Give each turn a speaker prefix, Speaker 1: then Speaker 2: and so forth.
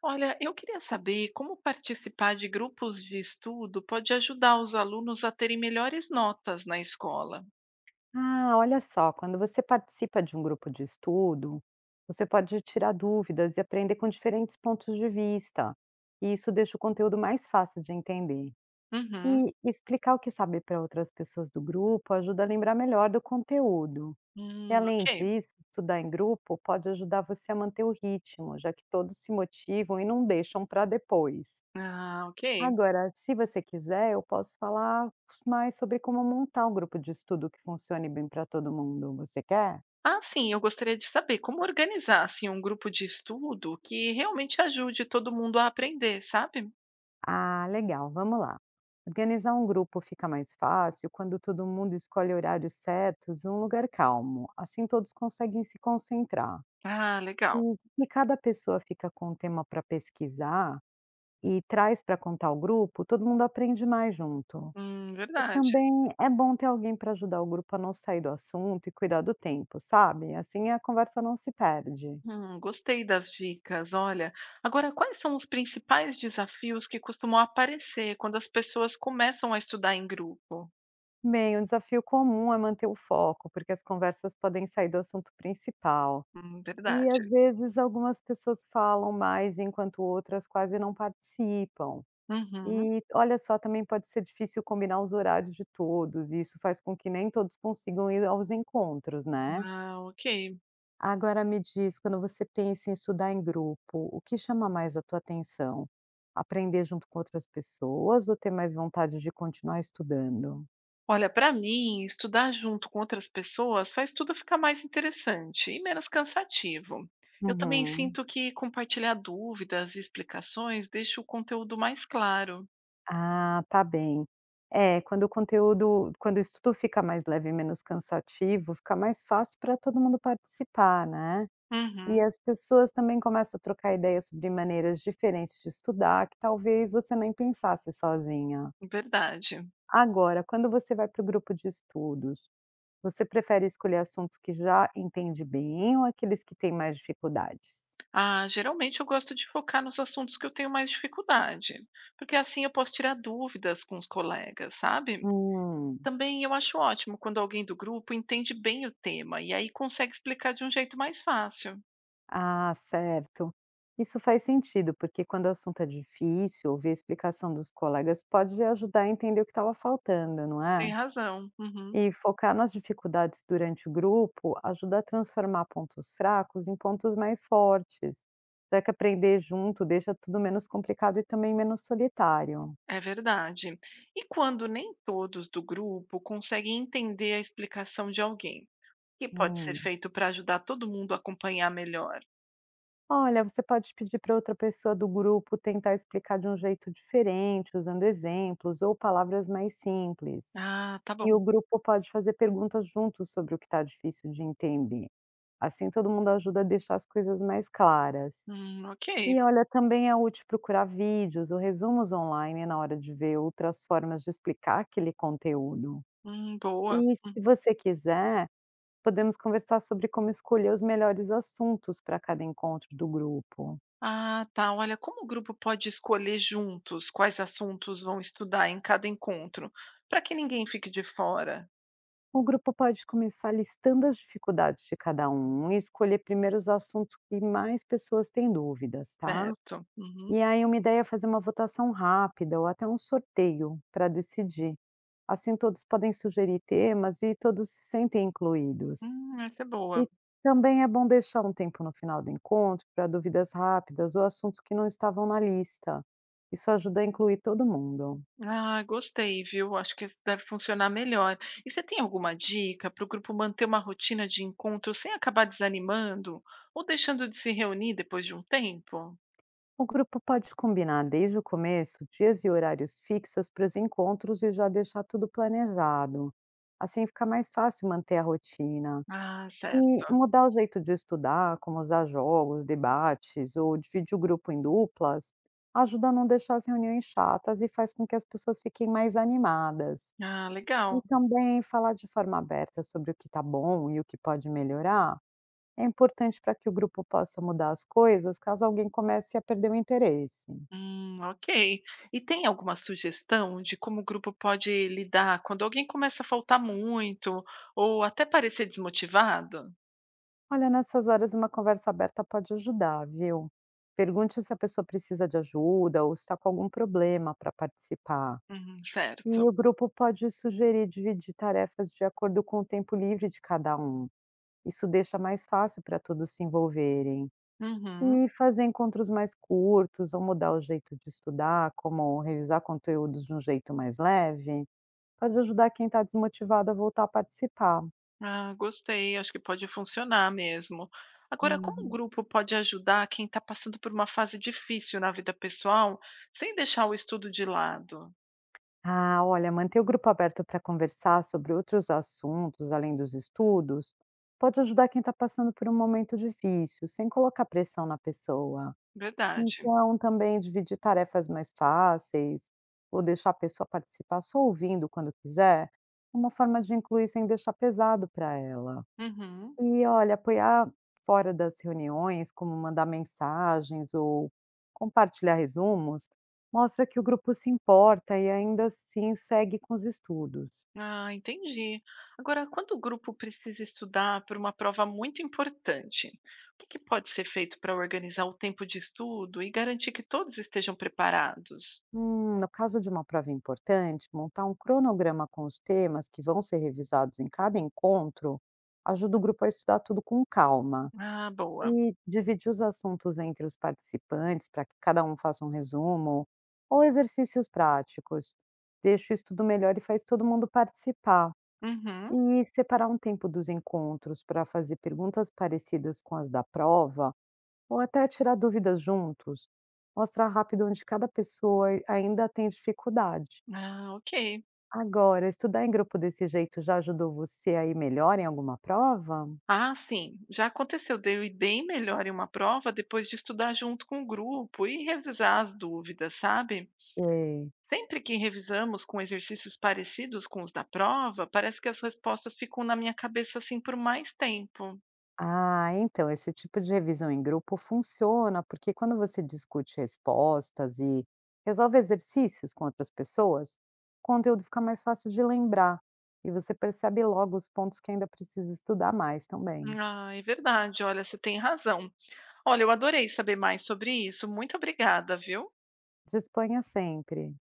Speaker 1: Olha, eu queria saber como participar de grupos de estudo pode ajudar os alunos a terem melhores notas na escola.
Speaker 2: Ah, olha só, quando você participa de um grupo de estudo, você pode tirar dúvidas e aprender com diferentes pontos de vista. E isso deixa o conteúdo mais fácil de entender.
Speaker 1: Uhum.
Speaker 2: E explicar o que sabe para outras pessoas do grupo ajuda a lembrar melhor do conteúdo. E além
Speaker 1: Ok.
Speaker 2: disso, estudar em grupo pode ajudar você a manter o ritmo, já que todos se motivam e não deixam para depois.
Speaker 1: Ah, ok.
Speaker 2: Agora, se você quiser, eu posso falar mais sobre como montar um grupo de estudo que funcione bem para todo mundo. Você quer?
Speaker 1: Ah, sim, eu gostaria de saber como organizar assim, um grupo de estudo que realmente ajude todo mundo a aprender, sabe?
Speaker 2: Ah, legal, vamos lá. Organizar um grupo fica mais fácil quando todo mundo escolhe horários certos e um lugar calmo. Assim todos conseguem se concentrar.
Speaker 1: Ah, legal.
Speaker 2: E se cada pessoa fica com um tema para pesquisar e traz para contar ao grupo, todo mundo aprende mais junto. E
Speaker 1: Verdade.
Speaker 2: também é bom ter alguém para ajudar o grupo a não sair do assunto e cuidar do tempo, sabe? Assim a conversa não se perde.
Speaker 1: Gostei das dicas. Olha, agora quais são os principais desafios que costumam aparecer quando as pessoas começam a estudar em grupo?
Speaker 2: Bem, um desafio comum é manter o foco, porque as conversas podem sair do assunto principal. E às
Speaker 1: Verdade.
Speaker 2: vezes algumas pessoas falam mais enquanto outras quase não participam.
Speaker 1: Uhum.
Speaker 2: E olha só, também pode ser difícil combinar os horários de todos, e isso faz com que nem todos consigam ir aos encontros, né?
Speaker 1: Ah, ok.
Speaker 2: Agora me diz, quando você pensa em estudar em grupo, o que chama mais a tua atenção? Aprender junto com outras pessoas ou ter mais vontade de continuar estudando?
Speaker 1: Olha, para mim, estudar junto com outras pessoas faz tudo ficar mais interessante e menos cansativo. Eu também
Speaker 2: Uhum.
Speaker 1: sinto que compartilhar dúvidas e explicações deixa o conteúdo mais claro.
Speaker 2: Ah, tá bem. É, quando o estudo fica mais leve e menos cansativo, fica mais fácil para todo mundo participar, né? E
Speaker 1: Uhum,
Speaker 2: as pessoas também começam a trocar ideias sobre maneiras diferentes de estudar, que talvez você nem pensasse sozinha.
Speaker 1: verdade.
Speaker 2: Agora, quando você vai para o grupo de estudos, você prefere escolher assuntos que já entende bem ou aqueles que têm mais dificuldades?
Speaker 1: Ah, geralmente eu gosto de focar nos assuntos que eu tenho mais dificuldade, porque assim eu posso tirar dúvidas com os colegas, sabe?
Speaker 2: Hum,
Speaker 1: Também eu acho ótimo quando alguém do grupo entende bem o tema e aí consegue explicar de um jeito mais fácil.
Speaker 2: ah, certo. Isso faz sentido, porque quando o assunto é difícil, ouvir a explicação dos colegas pode ajudar a entender o que estava faltando, não
Speaker 1: Tem
Speaker 2: é?
Speaker 1: razão. Uhum.
Speaker 2: E focar nas dificuldades durante o grupo ajuda a transformar pontos fracos em pontos mais fortes, já que aprender junto deixa tudo menos complicado e também menos solitário.
Speaker 1: É verdade. E quando nem todos do grupo conseguem entender a explicação de alguém, o que pode ser
Speaker 2: Hum.
Speaker 1: feito para ajudar todo mundo a acompanhar melhor?
Speaker 2: Olha, você pode pedir para outra pessoa do grupo tentar explicar de um jeito diferente, usando exemplos ou palavras mais simples.
Speaker 1: Ah, tá
Speaker 2: E
Speaker 1: bom.
Speaker 2: o grupo pode fazer perguntas juntos sobre o que está difícil de entender. Assim, todo mundo ajuda a deixar as coisas mais claras.
Speaker 1: Ok.
Speaker 2: E olha, também é útil procurar vídeos ou resumos online na hora de ver outras formas de explicar aquele conteúdo.
Speaker 1: Boa.
Speaker 2: E
Speaker 1: Hum.
Speaker 2: se você quiser, podemos conversar sobre como escolher os melhores assuntos para cada encontro do grupo.
Speaker 1: Ah, tá. Olha, como o grupo pode escolher juntos quais assuntos vão estudar em cada encontro, para que ninguém fique de fora,
Speaker 2: O grupo pode começar listando as dificuldades de cada um e escolher primeiro os assuntos que mais pessoas têm dúvidas, tá?
Speaker 1: certo? Uhum.
Speaker 2: E aí, uma ideia é fazer uma votação rápida ou até um sorteio para decidir. Assim, todos podem sugerir temas e todos se sentem incluídos.
Speaker 1: Essa é boa.
Speaker 2: E também é bom deixar um tempo no final do encontro para dúvidas rápidas ou assuntos que não estavam na lista. Isso ajuda a incluir todo mundo.
Speaker 1: Ah, gostei, viu? Acho que esse deve funcionar melhor. E você tem alguma dica para o grupo manter uma rotina de encontro sem acabar desanimando ou deixando de se reunir depois de um tempo?
Speaker 2: O grupo pode combinar desde o começo dias e horários fixos para os encontros e já deixar tudo planejado. Assim fica mais fácil manter a rotina.
Speaker 1: Ah,
Speaker 2: E
Speaker 1: certo.
Speaker 2: mudar o jeito de estudar, como usar jogos, debates ou dividir o grupo em duplas, ajuda a não deixar as reuniões chatas e faz com que as pessoas fiquem mais animadas.
Speaker 1: Ah,
Speaker 2: E
Speaker 1: legal.
Speaker 2: também falar de forma aberta sobre o que está bom e o que pode melhorar é importante para que o grupo possa mudar as coisas caso alguém comece a perder o interesse.
Speaker 1: Ok. E tem alguma sugestão de como o grupo pode lidar quando alguém começa a faltar muito ou até parecer desmotivado?
Speaker 2: Olha, nessas horas uma conversa aberta pode ajudar, viu? Pergunte se a pessoa precisa de ajuda ou está com algum problema para participar.
Speaker 1: Uhum,
Speaker 2: E
Speaker 1: certo.
Speaker 2: o grupo pode sugerir dividir tarefas de acordo com o tempo livre de cada um. Isso deixa mais fácil para todos se envolverem.
Speaker 1: Uhum.
Speaker 2: E fazer encontros mais curtos ou mudar o jeito de estudar, como revisar conteúdos de um jeito mais leve, pode ajudar quem está desmotivado a voltar a participar.
Speaker 1: Ah, gostei, acho que pode funcionar mesmo. Agora, como o
Speaker 2: Uhum.
Speaker 1: grupo pode ajudar quem está passando por uma fase difícil na vida pessoal, sem deixar o estudo de lado?
Speaker 2: Ah, olha, manter o grupo aberto para conversar sobre outros assuntos além dos estudos pode ajudar quem está passando por um momento difícil, sem colocar pressão na pessoa.
Speaker 1: Verdade.
Speaker 2: Então, também dividir tarefas mais fáceis ou deixar a pessoa participar só ouvindo quando quiser, é uma forma de incluir sem deixar pesado para ela.
Speaker 1: Uhum.
Speaker 2: E olha, apoiar fora das reuniões, como mandar mensagens ou compartilhar resumos, mostra que o grupo se importa e ainda assim segue com os estudos.
Speaker 1: Ah, entendi. Agora, quando o grupo precisa estudar para uma prova muito importante, o que pode ser feito para organizar o tempo de estudo e garantir que todos estejam preparados?
Speaker 2: No caso de uma prova importante, montar um cronograma com os temas que vão ser revisados em cada encontro ajuda o grupo a estudar tudo com calma.
Speaker 1: Ah, boa.
Speaker 2: E dividir os assuntos entre os participantes para que cada um faça um resumo, ou exercícios práticos. Deixa o estudo melhor e faz todo mundo participar.
Speaker 1: Uhum.
Speaker 2: E separar um tempo dos encontros para fazer perguntas parecidas com as da prova, ou até tirar dúvidas juntos, mostra rápido onde cada pessoa ainda tem dificuldade.
Speaker 1: Ah, ok.
Speaker 2: Agora, estudar em grupo desse jeito já ajudou você a ir melhor em alguma prova?
Speaker 1: Ah, sim. Já aconteceu de eu ir bem melhor em uma prova depois de estudar junto com o grupo e revisar as dúvidas, sabe?
Speaker 2: É.
Speaker 1: Sempre que revisamos com exercícios parecidos com os da prova, parece que as respostas ficam na minha cabeça assim por mais tempo.
Speaker 2: Ah, então, esse tipo de revisão em grupo funciona, porque quando você discute respostas e resolve exercícios com outras pessoas, o conteúdo fica mais fácil de lembrar e você percebe logo os pontos que ainda precisa estudar mais também.
Speaker 1: Ah, é verdade. Olha, você tem razão. Olha, eu adorei saber mais sobre isso. Muito obrigada, viu?
Speaker 2: Disponha sempre.